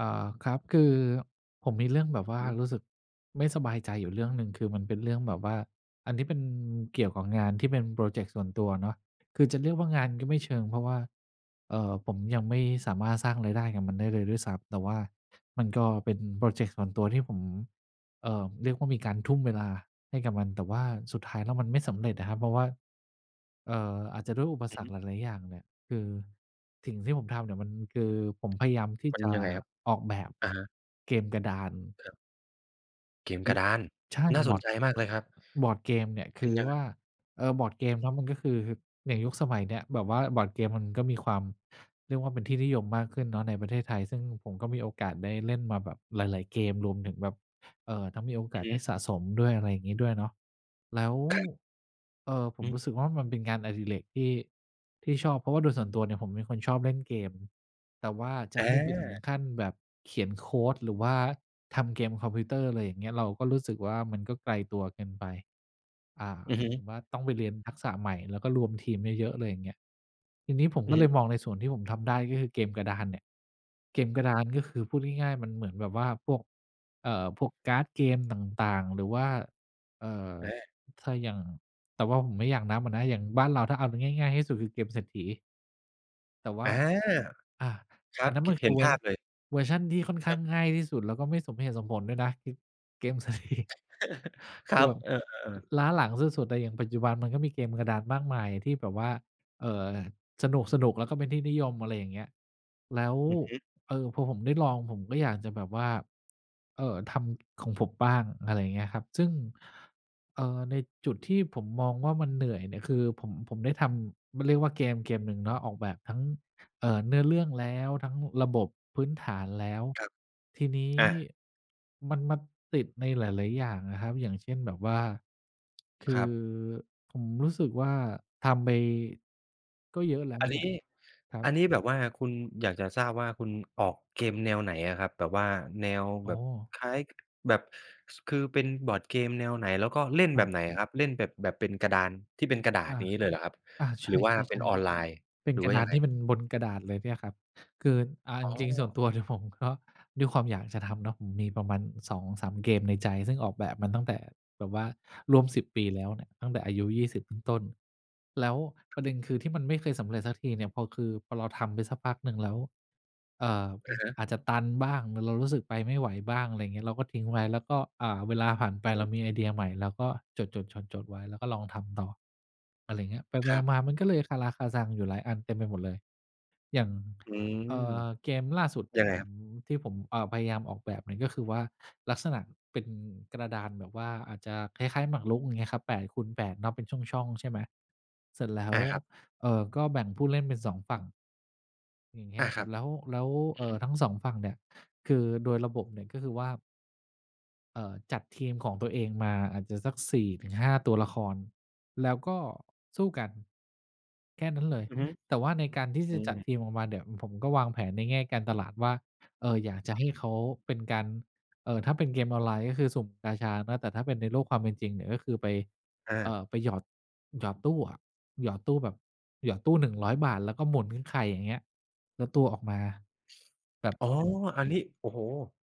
ครับคือผมมีเรื่องแบบว่าอือรู้สึกไม่สบายใจอยู่เรื่องหนึ่งคือมันเป็นเรื่องแบบว่าอันนี้เป็นเกี่ยวกับงานที่เป็นโปรเจกต์ส่วนตัวเนาะคือจะเรียกว่างานก็ไม่เชิงเพราะว่าผมยังไม่สามารถสร้างรายได้กับมันได้เลยด้วยซ้ำแต่ว่ามันก็เป็นโปรเจกต์ส่วนตัวที่ผมเรียกว่ามีการทุ่มเวลาให้กับมันแต่ว่าสุดท้ายแล้วมันไม่สำเร็จนะครับเพราะว่า เอ่ออาจจะด้วยอุปอืสอรรฮึคหลายๆอย่างเนี่ยคือสิ่งที่ผมทำเนี่ยมันคือผมพยายามที่มันจะยังไงครับออกแบบอะฮะเกมกระดานครับเกมอืกระอดานใช่น่าบสอนร์ดใจมากเลยครับเกมเนี่ยเป็คืนอยังว่าไงบอร์ดเกมเนาะมันก็คืออย่างยุคสมัยเนี้ยแบบว่าบอร์ดเกมมันก็มีความเรียกว่าเป็นที่นิยมมากขึ้นเนาะในประเทศไทยซึ่งผมก็มีโอกาสได้เล่นมาแบบหลายๆเกมรวมถึงแบบทั้งมีโออืกาอสฮึได้สะสมด้วยอะไรอย่างงี้ด้วยเนาะ แล้วผมอืมรู้สึกว่ามันเป็นงานอดิเรกที่ชอบเพราะว่าโดยส่วนตัวเนี่ยผมเป็นคนชอบเล่นเกมแต่ว่าจะอให้ไปถึงาขั้นแบบเขียนโคดหรือว่าทำเกมคอมพิวเตอร์อะไรอย่างเงี้ยเราก็รู้สึกว่ามันก็ไกลตัวเกินไปอือหมาฮึยถึงว่าต้องไปเรียนทักษะใหม่แล้วก็รวมทีมเยอะๆเลยอย่างเงี้ยทีนี้ผมอืก็อเลฮึยมองในส่วนที่ผมทำได้ก็คือเกมกระดานเนี่ยเกมกระดานก็คือพูดง่ายๆมันเหมือนแบบว่าพวกพวกการ์ดเกมต่างๆหรือว่าเอ่อ อาถ้าอย่างแต่ว่าผมไม่อยากนับอะนะอย่างบ้านเราถ้าเอาง่ายๆที่สุดคือเกมเศรษฐีแต่อว่า าอาคอัรันบนั้นกมันคืเห็อนภาพเลย เวอร์ชันที่ค่อนข้าง ง่ายที่สุดแล้วก็ไม่สมเหตุสมผลด้วยนะคือเกมสตรีม ค คืรัอบแบบเออๆล้าหลังสุดๆแต่อย่างปัจจุบันมันก็มีเกมกระดานมากมายที่แบบว่าเอ่อสนุกๆแล้วก็เป็นที่นิยมอะไรอย่างเงี้ยแล้วๆอือฮึเออพอผมได้ลองผมก็อยากจะแบบว่าทำของผมบ้างอะไรอย่างเงี้ยครับซึ่งในจุดที่ผมมองว่ามันเหนื่อยเนี่ยคือผมได้ทำมันเรียกว่าเกมหนึ่งเนาะออกแบบทั้ง เนื้อเรื่องแล้วทั้งระบบพื้นฐานแล้วครับทีนี้อามันมาติดในหลายๆอย่างอะครับอย่างเช่นแบบว่าคคืรัอบ ผมรู้สึกว่าทำไปก็เยอะแล้วอันเนี่นี้ยครับอันนี้แบบว่าคุณอยากจะทราบว่าคุณออกเกมแนวไหนอะครับแบบว่าแนวอ๋อแบบคล้ายแบบสคือเป็นบอร์ดเกมแนวไหนแล้วก็เล่นคแบรับไหนบอะครับเล่นแบบแบบเป็นกระดานที่เป็นกระดาษอาอย่างงี้เลยเหรอครับอาใชหรือว่าเป็น่ออนไลน์ๆๆเป็หนรือกระว่าดายันงไงที่มันบนกระดาษเลยเนี่ยครับ คืออ๋จอริงๆส่วนตัวเนี่ยผมก็ด้วยความอยากจะทำเนาะผมมีประมาณ2-3เกมในใจซึ่งออกแบบมันตั้งแต่แบบว่าร่วม10ปีแล้วเนี่ยตั้งแต่อายุ20ต้นๆแล้วประเด็นคือที่มันไม่เคยสำเร็จสักทีเนี่ยพอคือพอเราทำไปสักพักหนึ่งแล้วเอ่ออะฮะอาจจะตันบ้างหรือเรารู้สึกไปไม่ไหวบ้างอะไรอย่างเงี้ยเราก็ทิ้งไว้แล้วก็เวลาผ่านไปอืเรามีมไอเดียใหม่เราก็จดๆจดๆไว้แล้วก็ลองทำต่ออะไรอย่างเงี้ยไปครับๆมาๆมันก็เลยคาราคาซังอยู่หลายอันเต็มไปหมดเลย อย่างอืมเกมล่าสุดยังผไงมครับที่ผมพยายามออกแบบเนี่ยก็คือว่าลักษณะเป็นกระดานแบบว่าอาจจะคล้ายๆหมากรุกอย่างเงี้ยครับ8คูณ8เนาะเป็นช่องๆใช่ไหมเสร็จแล้วอาครับก็แบ่งผู้เล่นเป็น2ฝั่งอย่างเงี้ยอาคครัรับบแล้วแล้วอือฮึทั้ง2ฝั่งเนี่ยคือโดยระบบเนี่ยก็คือว่า จัดทีมของตัวเองมาอาจจะสัก4-5ตัวละครแล้วก็สู้กันแค่นั้นเลยอือฮึแต่ว่าในการที่จะอืจัมดทีมออกมาเนี่ยผมก็วางแผนในแง่การตลาดว่าอยากจะให้เขาเป็นการถ้าเป็นเกมออนไลน์ก็คือสุ่มกาชาเนาะแต่ถ้าเป็นในโลกความเป็นจริงเนี่ยก็คือไปอา ไปหยอดหยอดตู้อะหยอดตู้แบบหยอดตู้หนึ่งร้อยบาทแล้วก็หมุนไข่อย่างเงี้ยแล้วตัวออกมาแบบอ๋อเป็นอันนี้โอ้โฮ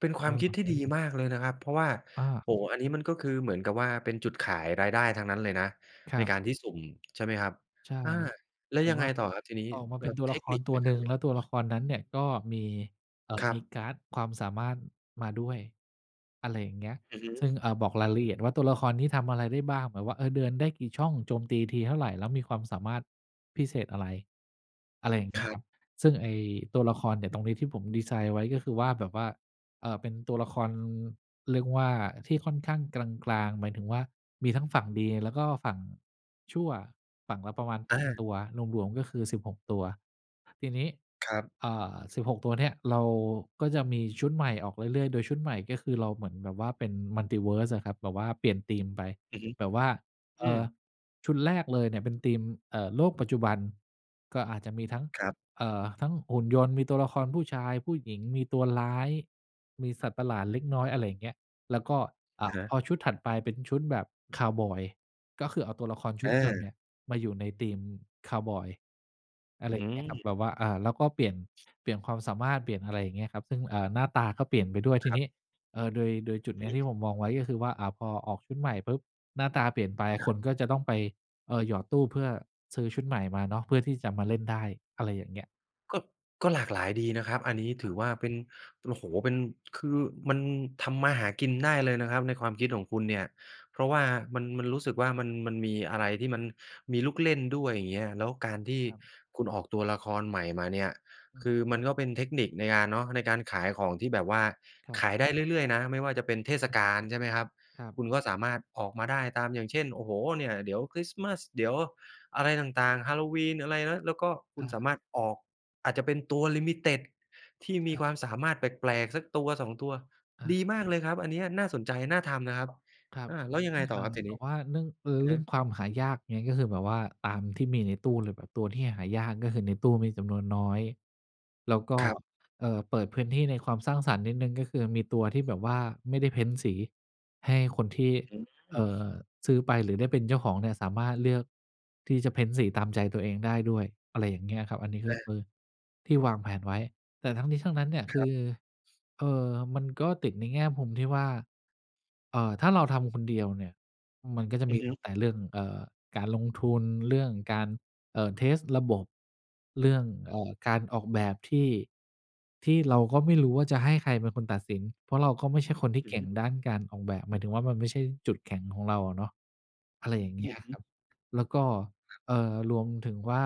เป็นคเอวามอคิดที่ดีมากเลยนะครับ เพราะว่าอาโอ้โฮอันนี้มันก็คือเหมือนกับว่าเป็นจุดขายรายได้ทั้งนั้นเลยนะคในรัการบ ที่สุ่มใช่ไหมครับใช่อาแล้วแบบยังไงว่าต่อครับทีนี้ออกมาแล้เป็นวตัวเทละคคนิรคตัวในหกานึ่รงเล่แล้นวตัวละครนั้นเนี่ยก็มีครัมีบการ์ดความสามารถมาด้วยอะไรอย่างเงี้ยอือฮึซึ่งบอกรายละเอียดว่าตัวละครนี้ทำอะไรได้บ้างแบบว่าเออเดินได้กี่ช่องโจมตีทีเท่าไรแล้วมีความสามารถพิเศษอะไรอะไรอย่างคเงี้ยรัครับบซึ่งไอ้ตัวละครเนี่ยตรงนี้ที่ผมดีไซน์ไว้ก็คือว่าแบบว่าเป็นตัวละครเรียกว่าที่ค่อนข้างกลางๆหมายถึงว่ามีทั้งฝั่งดีแล้วก็ฝั่ง ชั่วฝั่งละประมาณ8ตัอาวรวมๆก็คือ16ตัวทีนี้ครับเอ่อสิบ16ตัวเนี่ยเราก็จะมีชุดใหม่ออกเรื่อยๆโดยชุดใหม่ก็คือเราเหมือนแบบว่าเป็น Multiverse อะครับแบบว่าเปลี่ยนธีมไปอือฮึแบบว่าอืเอ่มอชุดแรกเลยเนี่ยเป็นธีมโลกปัจจุบันก็อาจจะมีทั้งครับเอ่อทั้งหุ่นยนต์มีตัวละครผู้ชายผู้หญิงมีตัวร้ายมีสัตว์ประหลาดเล็กน้อยอะไรอย่างเงี้ยแล้วก็อะอ่าฮะพอชุดถัดไปเป็นชุดแบบคาวบอย ก็คือเอาตัวละครชุอดเดิมเนี่ยามาอยู่ในธีมคาวบอยอะไรออืย่างเงี้ยครับแบมบว่าอ่าแล้วก็เปลี่ยนความสามารถเปลี่ยนอะไรอย่างเงี้ยครับซึ่งอ่าหน้าตาก็เปลี่ยนไปด้วยทีครันี้บเอ่อโดยจุดอือเนี้ยที่ผฮึมมองไว้ก็คือว่าอ่าพอออกชุดใหม่ปุ๊บหน้าตาเปลี่ยนไปคครันก็บ จะต้องไปหยอดตู้เพื่อซื้อชุดใหม่มาเนาะเพื่อที่จะมาเล่นได้อะไรอย่างเงี้ยก็ก็หลากหลายดีนะครับอันนี้ถือว่าเป็นโอ้โฮเป็นคือมันทำมาหากินได้เลยนะครับในความคิดของคุณเนี่ยเพราะว่ามันรู้สึกว่ามันมีอะไรที่มันมีลูกเล่นด้วยอย่างเงี้ยแล้วการที่ครับคุณออกตัวละครใหม่มาเนี่ยอืคือมมันก็เป็นเทคนิคในการเนาะในการขายของที่แบบว่าครัขายบได้เรื่อยๆนะไม่ว่าจะเป็นเทศอือฮึกาลใช่ไหมครับครับคุณก็สามารถออกมาได้ตามอย่างเช่นโอ้โฮเนี่ยเดี๋ยวคริสต์มาสเดี๋ยวอะไรต่างๆ Halloween อะไรนะแล้วก็คุณอาสามารถออก อาจจะเป็นตัวลิมิเต็ดที่มีใช่ความสามารถแปลกๆสักตัวสองตัวอา ดีมากเลยครับอันเนี้ยน่าสนใจน่าทำนะครับครับอาแล้วยังไงต่ออาครับทีแบนี้บว่าเรื่องเอออะเรื่อฮะงความหายากเงี้ยก็คือแบบว่าตามที่มีในตู้เลยแบบตัวที่หายากก็คือในตู้มีจำนวนน้อยแล้วก็ครับเปิดพื้นที่ในความสร้างสรรค์นิดหนึ่งก็คือมีตัวที่แบบว่าไม่ได้เพ้นท์สีให้คนที่อืมเอ่อซื้อไปหรือได้เป็นเจ้าของเนี่ยสามารถเลือกที่จะเพ้นท์สีตามใจตัวเองได้ด้วยอะไรอย่างเงี้ยครับอันนี้ก็อาคือที่วางแผนไว้ นั้นเนี่ยคคืรัอบมันก็ติดในแง่มุมที่ว่าถ้าเราทำคนเดียวเนี่ย มันก็จะอืมีอฮึตั้งแต่ๆเรื่องการลงทุนเรื่องการเทสต์ระบบเรื่องการออกแบบที่เราก็ไม่รู้ว่าจะให้ใครเป็นคนตัดสินเพราะเราก็ไม่ใช่คนที่เก่งๆด้านการออกแบบหมายถึงว่ามันไม่ใช่จุดแข็งของเราอะเนาะอะไรอย่างเงี้ยครับแล้วก็เอ่อรวมถึงว่า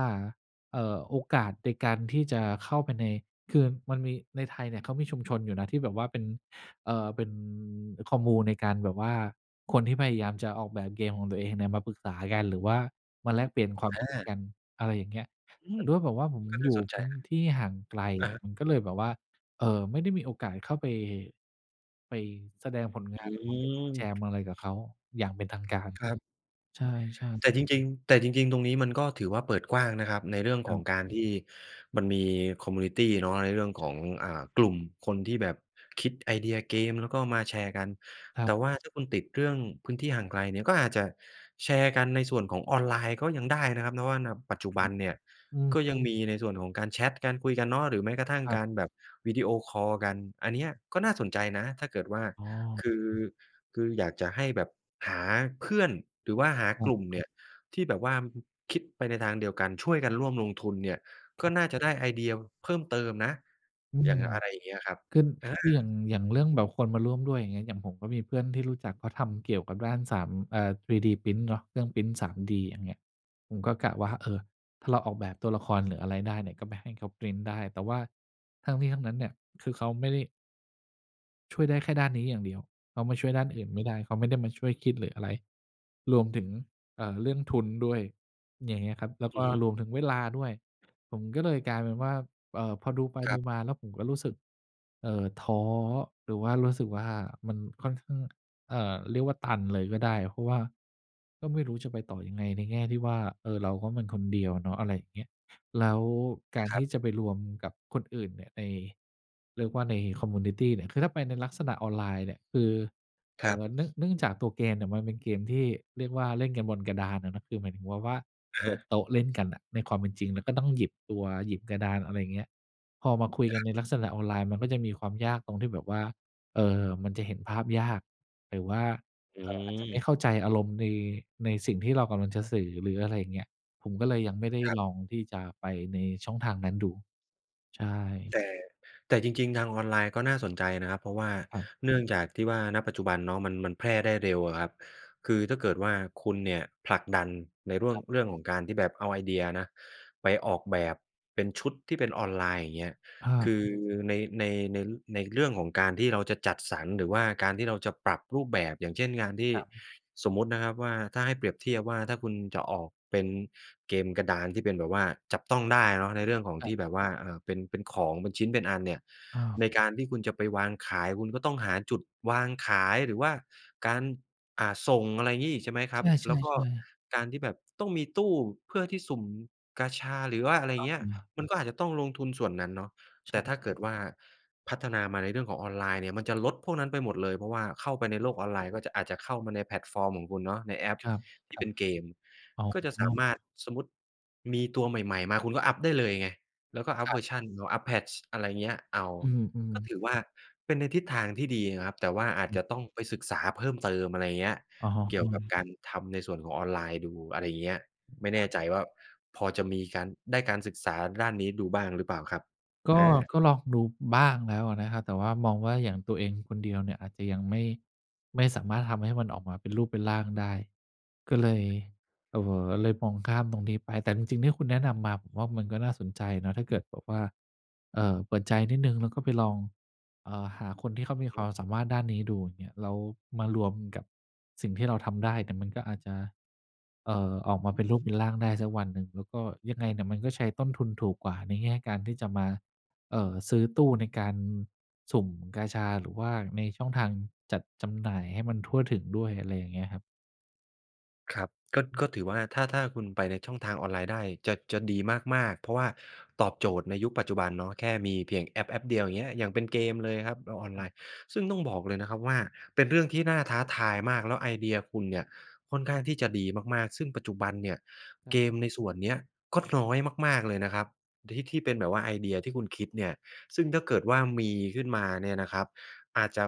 โอกาสในการที่จะเข้าไปในคือมันมีในไทยเนี่ยเขามีชุมชนอยู่นะที่แบบว่าเป็นเป็น commune ในการแบบว่าคนที่พยายามจะออกแบบเกมของตัวเองเนี่ยมาปรึกษากันหรือว่ามาแลกเปลี่ยนความคิดอากันอะไรอย่างเงี้ยอืแต่มด้วยแบบว่าผมก็อน่ายู่สนใจพื้นนที่ห่างไกะลอะฮะมันก็เลยแบบว่าเอ่อไม่ได้มีโอกาสเข้าไปไปแสดงผลงานอืหรือว่าไปร่วมมแจมอะไรกับเขาอย่างเป็นทางการครับ ใช่แต่จๆริงๆแต่จริงๆตรงนี้มันก็ถือว่าเปิดกว้างนะครับในเรื่องคขรัองกาบรที่มันมีคอมมิวนิตีเนาะในเรื่องของอ่ากลุ่มคนที่แบบคิดไอเดียเกมแล้วก็มาแชร์กันครัแต่บว่าถ้าคุณติดเรื่องพื้นที่ห่างไกลเนี่ยก็อาจจะแชร์กันในส่วนของออนไลน์ก็ยังได้นะครับเพราะว่าณปัจจุบันเนี่ยอืก็มยังมีในส่วนของการแชตการคุยกันเนาะหรือแม้กระทั่งครัการบแบบวิดีโอคอลกันอันเนี้ยก็น่าสนใจนะถ้าเกิดว่าอ๋อคือคืออยากจะให้แบบหาเพื่อนหรือว่าหาครักลุ่มบเนี่ย ที่แบบว่าคิดไปในทางเดียวกันช่วยกันร่วมลงทุนเนี่ยคก็รับ น่าจะได้ไอเดียเพิ่มเติมนะอือย่างมอะไรอย่างเงี้ยครับคืออาอย่างเรื่องแบบคนมาร่วมด้วยอย่างเงี้ยอย่างผมก็มีเพื่อนที่รู้จักเขาทำเกี่ยวกับด้านสาม3D Print เนาะเครื่องพรินต์ 3D อย่างเงี้ยผมก็กะว่าเออถ้าเราออกแบบตัวละครหรืออะไรได้เนี่ยก็ไปให้เขาพรินต์ได้แต่ว่าทั้งนี้ทั้งนั้นเนี่ยคือเขาไม่ได้ช่วยได้แค่ด้านนี้อย่างเดียวเขามาช่วยด้านอื่นไม่ได้เขาไม่ได้มาช่วยคิดหรืออะไร รวมถึงเรื่องทุนด้วยอย่างเงี้ยครับ แล้วอืก็อฮึรวมถึงเวลาด้วย ผมก็เลยกลายเป็นว่าพอดูไปครัดูบมาแล้วผมก็รู้สึก ท้อหรือว่ารู้สึกว่ามันค่อนข้าง เรียกว่าตันเลยก็ได้ เพราะว่า ก็ไม่รู้จะไปต่อยังไงในแง่ที่ว่าเออเราก็มันคนเดียวเนาะอะไรอย่างเงี้ยแล้วการครัที่จะบไปรวมกับคนอื่นเนี่ยในเรียกว่าในคอมมิวนิตีเนี่ยคือถ้าไปในลักษณะออนไลน์เนี่ยคือ ครับเนื่องจากตัวเกมเนี่ยมันเป็นเกมที่เรียกว่าเล่นกันบนกระดานอะเนาะคือหมายถึงว่าอะเปิฮะดโต๊ะเล่นกันน่ะในความเป็นจริงแล้วก็ต้องหยิบตัวหยิบกระดานอะไรอย่างเงี้ยพอมาคุยกันในลักษณะออนไลน์มันก็จะมีความยากตรงที่แบบว่ามันจะเห็นภาพยากหรือว่าอือาจจะไม่เข้ามใจอารมณ์ในสิ่งที่เรากำลังจะสื่อหรืออะไรอย่างเงี้ยผมก็เลยยังไม่ได้ครัลองบที่จะไปในช่องทางนั้นดูใช่แต่แต่จริงๆทางออนไลน์ก็น่าสนใจนะครับเพราะว่าครับเนื่องจากที่ว่าณปัจจุบันเนาะมันมันแพร่ได้เร็วอะครับคือถ้าเกิดว่าคุณเนี่ยผลักดันในเรื่องของการที่แบบเอาไอเดียนะไปออกแบบเป็นชุดที่เป็นออนไลน์อย่างเงี้ย คืออาในในในในเรื่องของการที่เราจะจัดสรรหรือว่าการที่เราจะปรับรูปแบบอย่างเช่นงานที่ครับสมมุตินะครับว่าถ้าให้เปรียบเทียบว่าถ้าคุณจะออกเป็นเกมกระดานที่เป็นแบบว่าจับต้องได้เนาะในเรื่องของที่ๆแบบว่าเป็นของเป็นชิ้นเป็นอันเนี่ยอาในการที่คุณจะไปวางขายคุณก็ต้องหาจุดวางขายหรือว่าการอ่าส่งอะไรงี้อีกใช่ไหมคใชรับแล้วก็่ๆการที่แบบต้องมีตู้เพื่อที่สุ่มกาชาหรือว่าอะไรๆต้อเงี้ยงมันก็อาจจะต้องลงทุนส่วนนั้นเนาะ แต่ใช่ถ้าเกิดว่าพัฒนามาในเรื่องของออนไลน์เนี่ยมันจะลดพวกนั้นไปหมดเลยเพราะว่าเข้าไปในโลกออนไลน์ก็จะอาจจะเข้ามาในแพลตฟอร์มของคุณเนาะในแอปคที่รับ เป็นเกมอ๋อก็จะสามารถสมมุติมีตัวใหม่ๆมาคุณก็อัปได้เลยไงแล้วก็อัปครัเวอร์บชันเอาอัป patch อะไรเงี้ยเอาอืมก็ถือๆว่าเป็นในทิศทางที่ดีนะครับแต่ว่าอาจจะต้องไปศึกษาเพิ่มเติมอะไรเงี้ยอะอะเกี่ยอืวม กับการทำในส่วนของออนไลน์ดูอะไรเงี้ยไม่แน่ใจว่าพอจะมีการได้การศึกษาด้านนี้ดูบ้างหรือเปล่าครับก็ก็อา ลองดูบ้างแล้วอะนะครับแต่ว่ามองว่าอย่างตัวเองคนเดียวเนี่ยอาจจะยังไม่สามารถทำให้มันออกมาเป็นรูปเป็นร่างได้ก็เลยเอ่เลยมองข้ามตรงนี้ไปแต่จริงๆที่คุณแนะนำมาผมว่ามันก็น่าสนใจเนาะถ้าเกิดแบบว่าเปิดใจนิดหนึ่งแล้วก็ไปลองหาคนที่เขามีความสามารถด้านนี้ดูอย่างเงี้ยแล้วมารวมกับสิ่งที่เราทำได้เนี่ยมันก็อาจจะออกมาเป็นรูปเป็นร่างได้สักวันหนึ่งแล้วก็ยังไงเนี่ยมันก็ใช้ต้นทุนถูกกว่าในแง่การที่จะมา ซื้อตู้ในการสุ่มกาชาหรือว่าในช่องทางจัดจำหน่ายให้มันทั่วถึงด้วยอะไรอย่างเงี้ยครับครับก็ถือว่าถ้าคุณไปในช่องทางออนไลน์ได้จะดีมากๆเพราะว่าตอบโจทย์ในยุคปัจจุบันเนาะแค่มีเพียงแอปเดียวอย่างเงี้ยอย่างเป็นเกมเลยครับแล้วออนคไลรัน์บซึ่งต้องบอกเลยนะครับว่าเป็นเรื่องที่น่าท้าทายมากแล้วไอเดียคุณเนี่ยค่อนข้างที่จะดีมากๆซึ่งปัจจุบันเนี่ยครัเกมบในส่วนเนี้ยก็น้อยมากๆเลยนะครับที่เป็นแบบว่าไอเดียที่คุณคิดเนี่ยซึ่งถ้าเกิดว่ามีขึ้นมาเนี่ยนะครับอาจจะ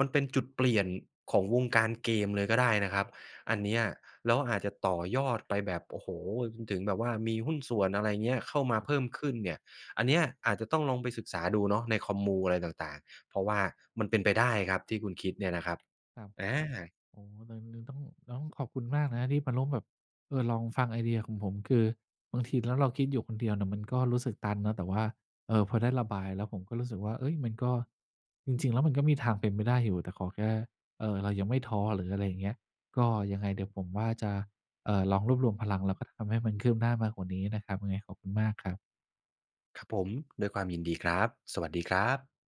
มันเป็นจุดเปลี่ยนของวงการเกมเลยก็ได้นะครับ อันเนี้ยแล้วอาจจะต่อยอดไปแบบโอ้โฮจนถึงแบบว่ามีหุ้นส่วนอะไรเงี้ยเข้ามาครัเพิ่บมขึ้นเนี่ยอันเนี้ยอาจจะต้องลองไปศึกษาดูเนาะในคอมมูอะไรต่างๆเพราะว่ามันเป็นไปได้ครับที่คุณคิดเนี่ยนะครับครับ อาโอ้โฮตรงนี้ต้องขอบคุณมากนะที่มาร่วมแบบเออลองฟังไอเดียของผมคือบางทีแล้วเราคิดอยู่คนเดียวเนี่ยมันก็รู้สึกตันเนาะแต่ว่าเออพอได้ระบายแล้วผมก็รู้สึกว่าเฮ้ยมันก็จริงๆแล้วมันก็มีทางเป็นไปได้อยู่แต่ขอแค่เรายังไม่ท้อหรืออะไรอย่างเงี้ยก็ยังไงเดี๋ยวผมว่าจะลองรวบรวมพลังแล้วก็ทำให้มันคืบหน้ามากกว่านี้นะครับยังไงขอบคุณมากครับครับผมด้วยความยินดีครับสวัสดีครับ